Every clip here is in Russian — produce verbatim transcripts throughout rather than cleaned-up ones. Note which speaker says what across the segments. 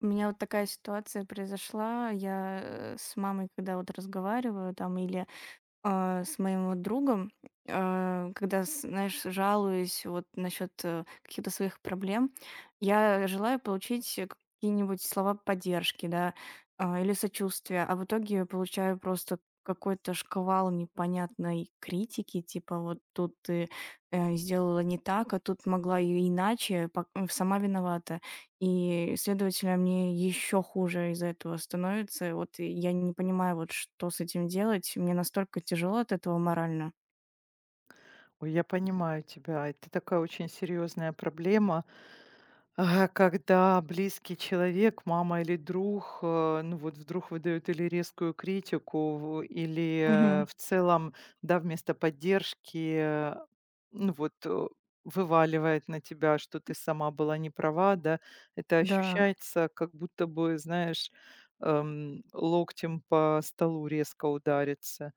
Speaker 1: У меня вот такая ситуация произошла. Я э, с мамой, когда вот разговариваю там, или а, с моим вот другом, а, когда, с- знаешь, жалуюсь вот насчет э, каких-то своих проблем, я желаю получить э, какие-нибудь слова поддержки, да, а, или сочувствия, а в итоге получаю просто какой-то шквал непонятной критики, типа вот тут ты э, сделала не так, а тут могла и иначе, пок- сама виновата. И, следовательно, мне еще хуже из-за этого становится. Вот и я не понимаю, вот что с этим делать. Мне настолько тяжело от этого морально.
Speaker 2: Ой, я понимаю тебя. Это такая очень серьезная проблема, а, когда близкий человек, мама или друг, э, ну вот вдруг выдают или резкую критику, в- или
Speaker 1: Мгм.
Speaker 2: э, в целом, да, вместо поддержки, э, ну вот э, вываливает на тебя, что ты сама была не права, да, это
Speaker 1: Да.
Speaker 2: ощущается, как будто бы, знаешь, эм, локтем по столу резко ударится.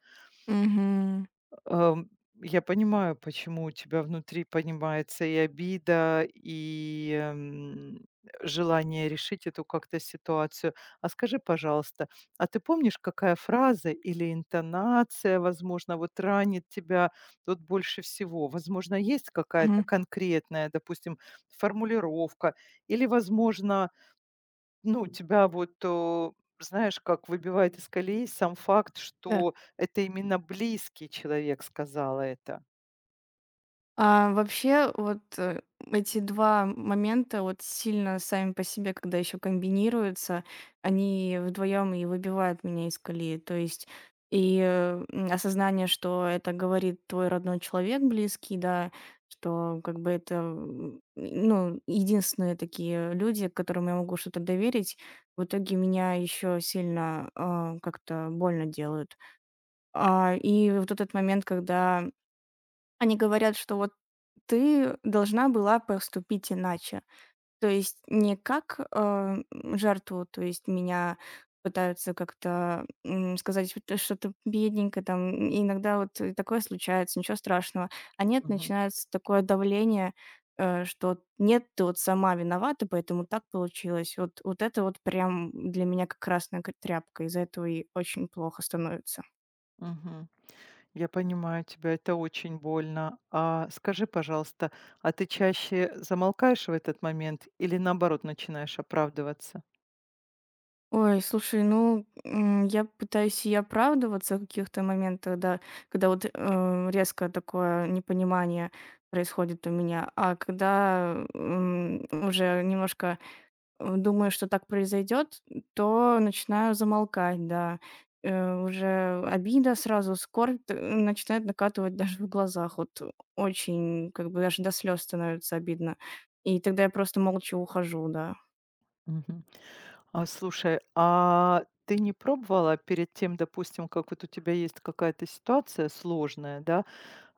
Speaker 1: Мгм.
Speaker 2: Ам, я понимаю, почему у тебя внутри поднимается и обида, и, м, желание решить эту как-то ситуацию. А скажи, пожалуйста, а ты помнишь, какая фраза или интонация, возможно, вот ранит тебя вот больше всего? Возможно, есть какая-то
Speaker 1: Мгм.
Speaker 2: конкретная, допустим, формулировка или, возможно, ну, тебя вот, э, знаешь, как выбивает из колеи сам факт,
Speaker 1: Да.
Speaker 2: что это именно близкий человек сказала это.
Speaker 1: А вообще, вот, э, эти два момента, вот, сильно сами по себе, когда еще комбинируются, они вдвоем и выбивают меня из колеи. То есть и, э, м, осознание, что это говорит твой родной человек, близкий, да, что как бы это, м, ну, единственные такие люди, которым я могу что-то доверить, в итоге меня еще сильно, а, как-то больно делают. А и вот этот момент, когда они говорят, что вот ты должна была поступить иначе. То есть не как, э, жертву, то есть меня пытаются как-то, м, сказать, вот э, что то бедненько, там, и иногда вот и такое случается, ничего страшного. А нет,
Speaker 2: Мгм.
Speaker 1: начинается такое давление, э, что нет, ты вот сама виновата, поэтому так получилось. Вот вот это вот прям для меня как красная к тряпка. Из-за этого и очень плохо становится.
Speaker 2: Мгм. Я понимаю тебя, это очень больно. А скажи, пожалуйста, а ты чаще замолкаешь в этот момент или наоборот начинаешь оправдываться?
Speaker 1: Ой, слушай, ну, м, я пытаюсь и оправдываться в каких-то моментах, да, когда вот э, резко такое непонимание происходит у меня, а когда м, уже немножко э, думаю, что так произойдет, то начинаю замолкать, да. Э, уже обида сразу, скорбь э, начинает накатывать даже в глазах, вот очень, как бы даже до слез становится обидно, и тогда я просто молча ухожу, да.
Speaker 2: Мгм. А слушай, а ты не пробовала перед тем, допустим, как вот у тебя есть какая-то ситуация сложная, да,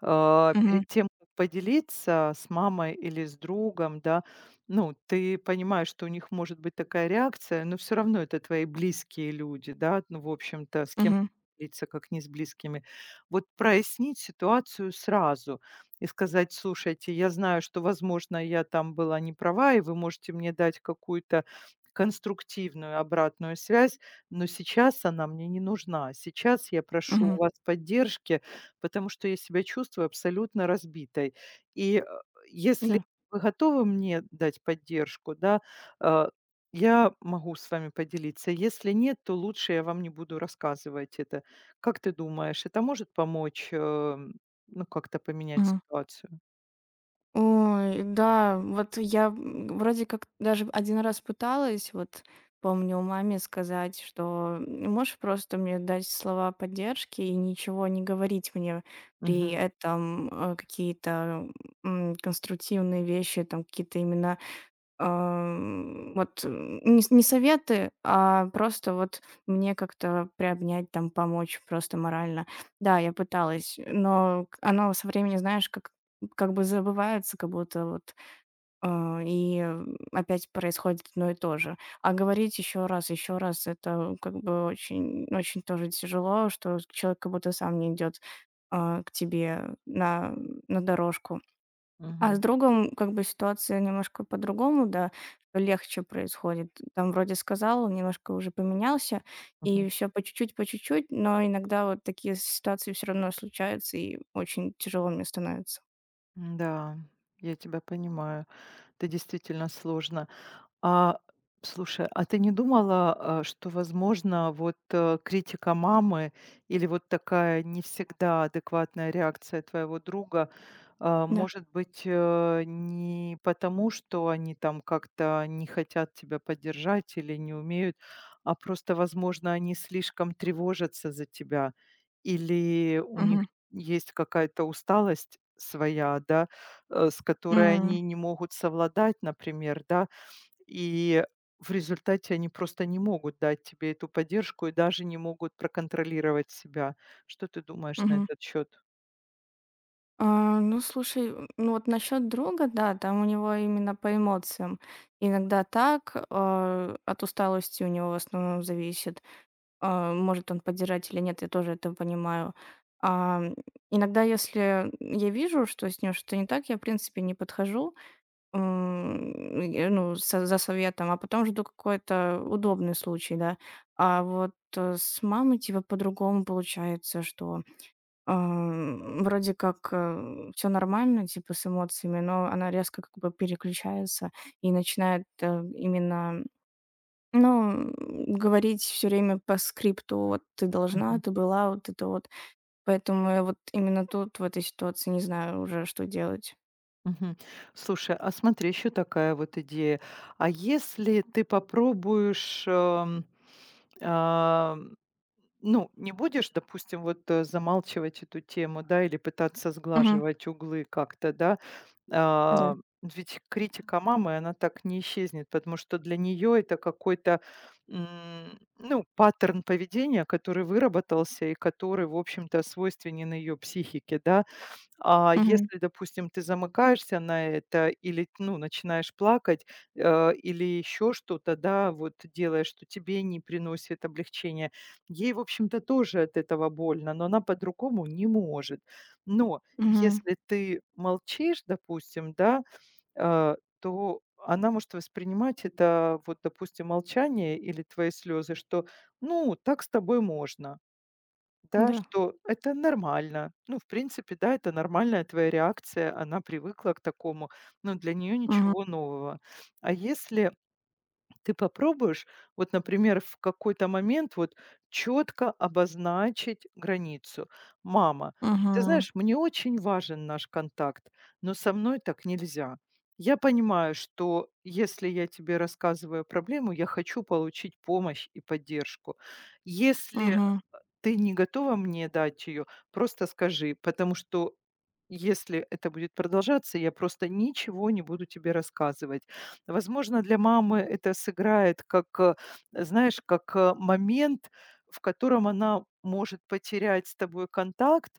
Speaker 2: Э,
Speaker 1: Мгм.
Speaker 2: перед тем, как поделиться с мамой или с другом, да, ну, ты понимаешь, что у них может быть такая реакция, но все равно это твои близкие люди, да, ну, в общем-то, с кем
Speaker 1: Мгм.
Speaker 2: делиться, как не с близкими. Вот прояснить ситуацию сразу и сказать: "Слушайте, я знаю, что, возможно, я там была не права, и вы можете мне дать какую-то конструктивную обратную связь, но сейчас она мне не нужна. Сейчас я прошу
Speaker 1: Мгм.
Speaker 2: у вас поддержки. Потому что я себя чувствую абсолютно разбитой. И, э, Если
Speaker 1: Да.
Speaker 2: вы готовы мне дать поддержку, да, э, я могу с вами поделиться. Если нет, то лучше я вам не буду рассказывать это. Как ты думаешь, это может помочь, эм, ну, как-то поменять
Speaker 1: Мгм.
Speaker 2: ситуацию?
Speaker 1: Ой, да, вот я, м, вроде как даже один раз пыталась, вот помню, маме сказать, что «М, можешь просто мне дать слова поддержки и ничего не говорить мне при
Speaker 2: Мгм,
Speaker 1: этом, э, какие-то, м, конструктивные вещи, там какие-то именно Ам, вот, м, не с не советы, а просто вот мне как-то приобнять, там, помочь просто морально. Да, я пыталась, но к оно со временем, знаешь, как как бы забывается, как будто вот, а, и, опять происходит одно и то же. А говорить еще раз, еще раз- это как бы очень очень тоже тяжело, что человек как будто сам не идет, а, к тебе на на дорожку. А с
Speaker 2: мгм,
Speaker 1: другом как бы ситуация немножко по-другому, да, что легче происходит. Там вроде сказал, он немножко уже поменялся, и
Speaker 2: мгм.
Speaker 1: все по чуть-чуть, по чуть-чуть, но иногда вот такие ситуации все равно случаются, и очень тяжело мне становится.
Speaker 2: Да, я тебя понимаю. Это действительно сложно. А, слушай, а ты не думала, а, что, возможно, вот, э, критика мамы или вот такая не всегда адекватная реакция твоего друга, а,
Speaker 1: Да.
Speaker 2: может быть, э, не потому, что они там как-то не хотят тебя поддержать или не умеют, а просто, возможно, они слишком тревожатся за тебя, или у них
Speaker 1: Мгм.
Speaker 2: есть какая-то усталость своя, да, э, с которой
Speaker 1: М,
Speaker 2: они не могут совладать, например, да, и в результате они просто не могут дать тебе эту поддержку и даже не могут проконтролировать себя. Что ты думаешь на
Speaker 1: мгм.
Speaker 2: этот счет?
Speaker 1: А ну, слушай, м, ну, вот насчет друга, да, там у него именно по эмоциям. Иногда так, а, от усталости у него в основном зависит. А, может он поддержать или нет, я тоже это понимаю. А иногда, если я вижу, что с ним что-то не так, я, в принципе, не подхожу, м, и, ну, со- за советом, а потом жду какой-то удобный случай, да. А вот э, с мамой, типа, по-другому получается, что ам, вроде как все нормально, типа, с эмоциями, но она резко как бы переключается и начинает э, именно ну, говорить все время по скрипту: "Вот ты должна,
Speaker 2: Мгм.
Speaker 1: ты была", вот это вот. Поэтому я вот именно тут, в этой ситуации, не знаю уже, что делать.
Speaker 2: Мгм. Слушай, а смотри, еще такая вот идея. А если ты попробуешь эм, а, ну, не будешь, допустим, вот, э, замалчивать эту тему, да, или пытаться
Speaker 1: Мгм.
Speaker 2: сглаживать углы как-то, да.
Speaker 1: Да.
Speaker 2: А, Ведь критика мамы, она так не исчезнет, потому что для нее это какой-то, м, ну, паттерн поведения, который выработался и который, в общем-то, свойственен ее психике, да. А
Speaker 1: Мгм.
Speaker 2: если, допустим, ты замыкаешься на это или, ну, начинаешь плакать, э, или еще что-то, да, вот делаешь, что тебе не приносит облегчения, ей, в общем-то, тоже от этого больно, но она по-другому не может. Но
Speaker 1: Мгм.
Speaker 2: если ты молчишь, допустим, да, э, то она может воспринимать это, вот, допустим, молчание или твои слезы, что, ну, так с тобой можно. Да,
Speaker 1: Да.
Speaker 2: что это нормально. Ну, в принципе, да, это нормальная твоя реакция, она привыкла к такому, но для нее
Speaker 1: Мгм.
Speaker 2: ничего нового. А если ты попробуешь, вот, например, в какой-то момент вот четко обозначить границу. Мама, ты
Speaker 1: Мгм.
Speaker 2: знаешь, мне очень важен наш контакт, но со мной так нельзя. Я понимаю, что если я тебе рассказываю проблему, я хочу получить помощь и поддержку. Если
Speaker 1: Мгм.
Speaker 2: ты не готова мне дать ее, просто скажи, потому что если это будет продолжаться, я просто ничего не буду тебе рассказывать. Возможно, для мамы это сыграет как, э, знаешь, как э, момент, в котором она может потерять с тобой контакт,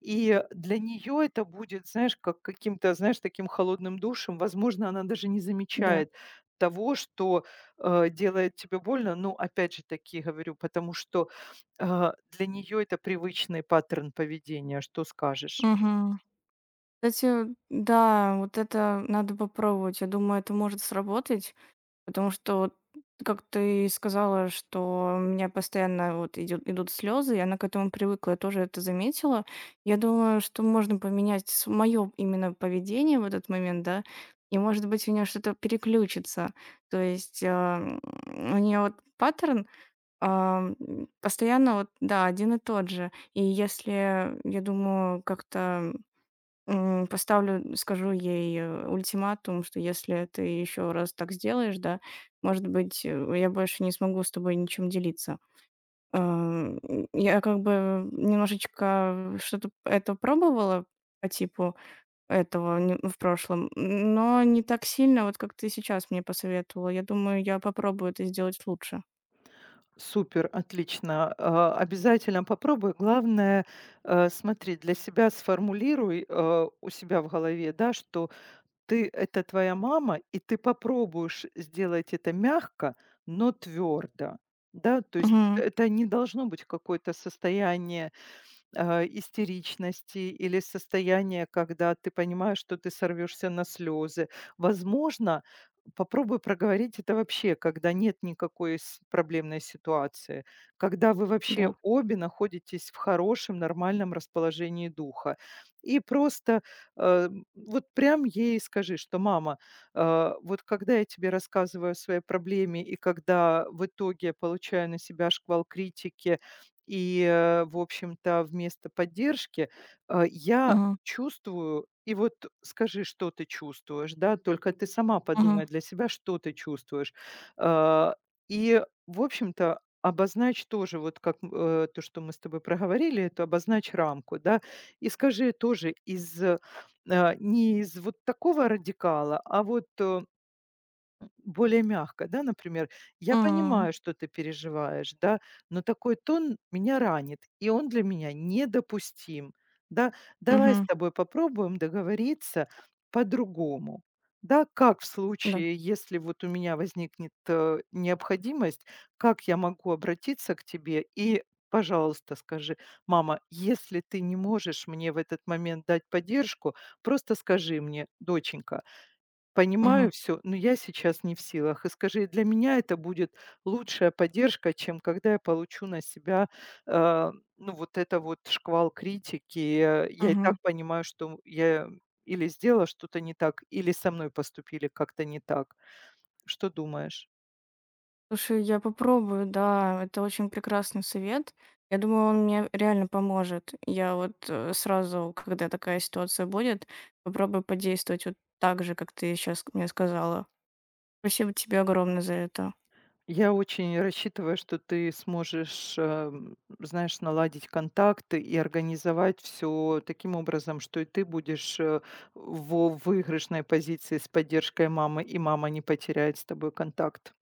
Speaker 2: и для нее это будет, знаешь, как каким-то, знаешь, таким холодным душем. Возможно, она даже не
Speaker 1: Да.
Speaker 2: замечает того, что э, делает тебе больно. Ну, опять же таки говорю, потому что а, для нее это привычный паттерн поведения. Что скажешь?
Speaker 1: Мгм. Кстати, да, вот это надо попробовать. Я думаю, это может сработать. Потому что вот, как ты сказала, что у меня постоянно вот идет, идут слезы, и она к этому привыкла, я тоже это заметила. Я думаю, что можно поменять мое именно поведение в этот момент, да, и, может быть, у нее что-то переключится. То есть а, м, у нее вот паттерн а, м, постоянно вот, да, один и тот же. И если, я думаю, как-то М, поставлю, скажу ей, э, ультиматум, что если ты еще раз так сделаешь, да, может быть, э, я больше не смогу с тобой ничем делиться. Э, я как бы немножечко что-то это пробовала по типу этого не в прошлом, но не так сильно, вот как ты сейчас мне посоветовала. Я думаю, я попробую это сделать лучше.
Speaker 2: Супер, отлично. А, обязательно попробуй. Главное, э, смотри, для себя сформулируй, э, у себя в голове, да, что ты- это твоя мама, и ты попробуешь сделать это мягко, но твердо. Да, то есть
Speaker 1: Мгм.
Speaker 2: это не должно быть какое-то состояние а, истеричности или состояние, когда ты понимаешь, что ты сорвешься на слезы. Возможно, попробуй проговорить это вообще, когда нет никакой с- проблемной ситуации, когда вы вообще
Speaker 1: Да.
Speaker 2: обе находитесь в хорошем, нормальном расположении духа. И просто э, вот прям ей скажи, что мама, э, вот когда я тебе рассказываю о своей проблеме и когда в итоге я получаю на себя шквал критики, и, э, в общем-то, вместо поддержки, а, я
Speaker 1: Мгм.
Speaker 2: чувствую и вот скажи, что ты чувствуешь, да, только ты сама
Speaker 1: Мгм.
Speaker 2: подумай для себя, что ты чувствуешь. А, и, в общем-то, обозначь тоже, вот как, м, э, то, что мы с тобой проговорили, это обозначь рамку, да, и скажи тоже из, э, а, не из вот такого радикала, а вот, э более мягко, да, например: "Я
Speaker 1: М.
Speaker 2: понимаю, что ты переживаешь, да, но такой тон меня ранит, и он для меня недопустим, да. Давай с
Speaker 1: Мгм.
Speaker 2: тобой попробуем договориться по-другому, да. Как в
Speaker 1: Да.
Speaker 2: случае, если вот у меня возникнет, э, необходимость, как я могу обратиться к тебе? И, пожалуйста, скажи: "Мама, если ты не можешь мне в этот момент дать поддержку, просто скажи мне: "Доченька,
Speaker 1: Мгм.
Speaker 2: понимаю все, но я сейчас не в силах. И скажи, для меня это будет лучшая поддержка, чем когда я получу на себя, э, ну, вот это вот шквал критики. Э, я и
Speaker 1: Мгм.
Speaker 2: так понимаю, что я или сделала что-то не так, или со мной поступили как-то не так. Что думаешь?
Speaker 1: Слушай, я попробую, да, это очень прекрасный совет. Я думаю, он мне реально поможет. Я вот э, сразу, когда такая ситуация будет, попробую подействовать вот так же, как ты сейчас мне сказала. Спасибо тебе огромное за это.
Speaker 2: Я очень рассчитываю, что ты сможешь, эм, знаешь, наладить контакты и организовать все таким образом, что и ты будешь, э, во выигрышной позиции с поддержкой мамы, и мама не потеряет с тобой контакт.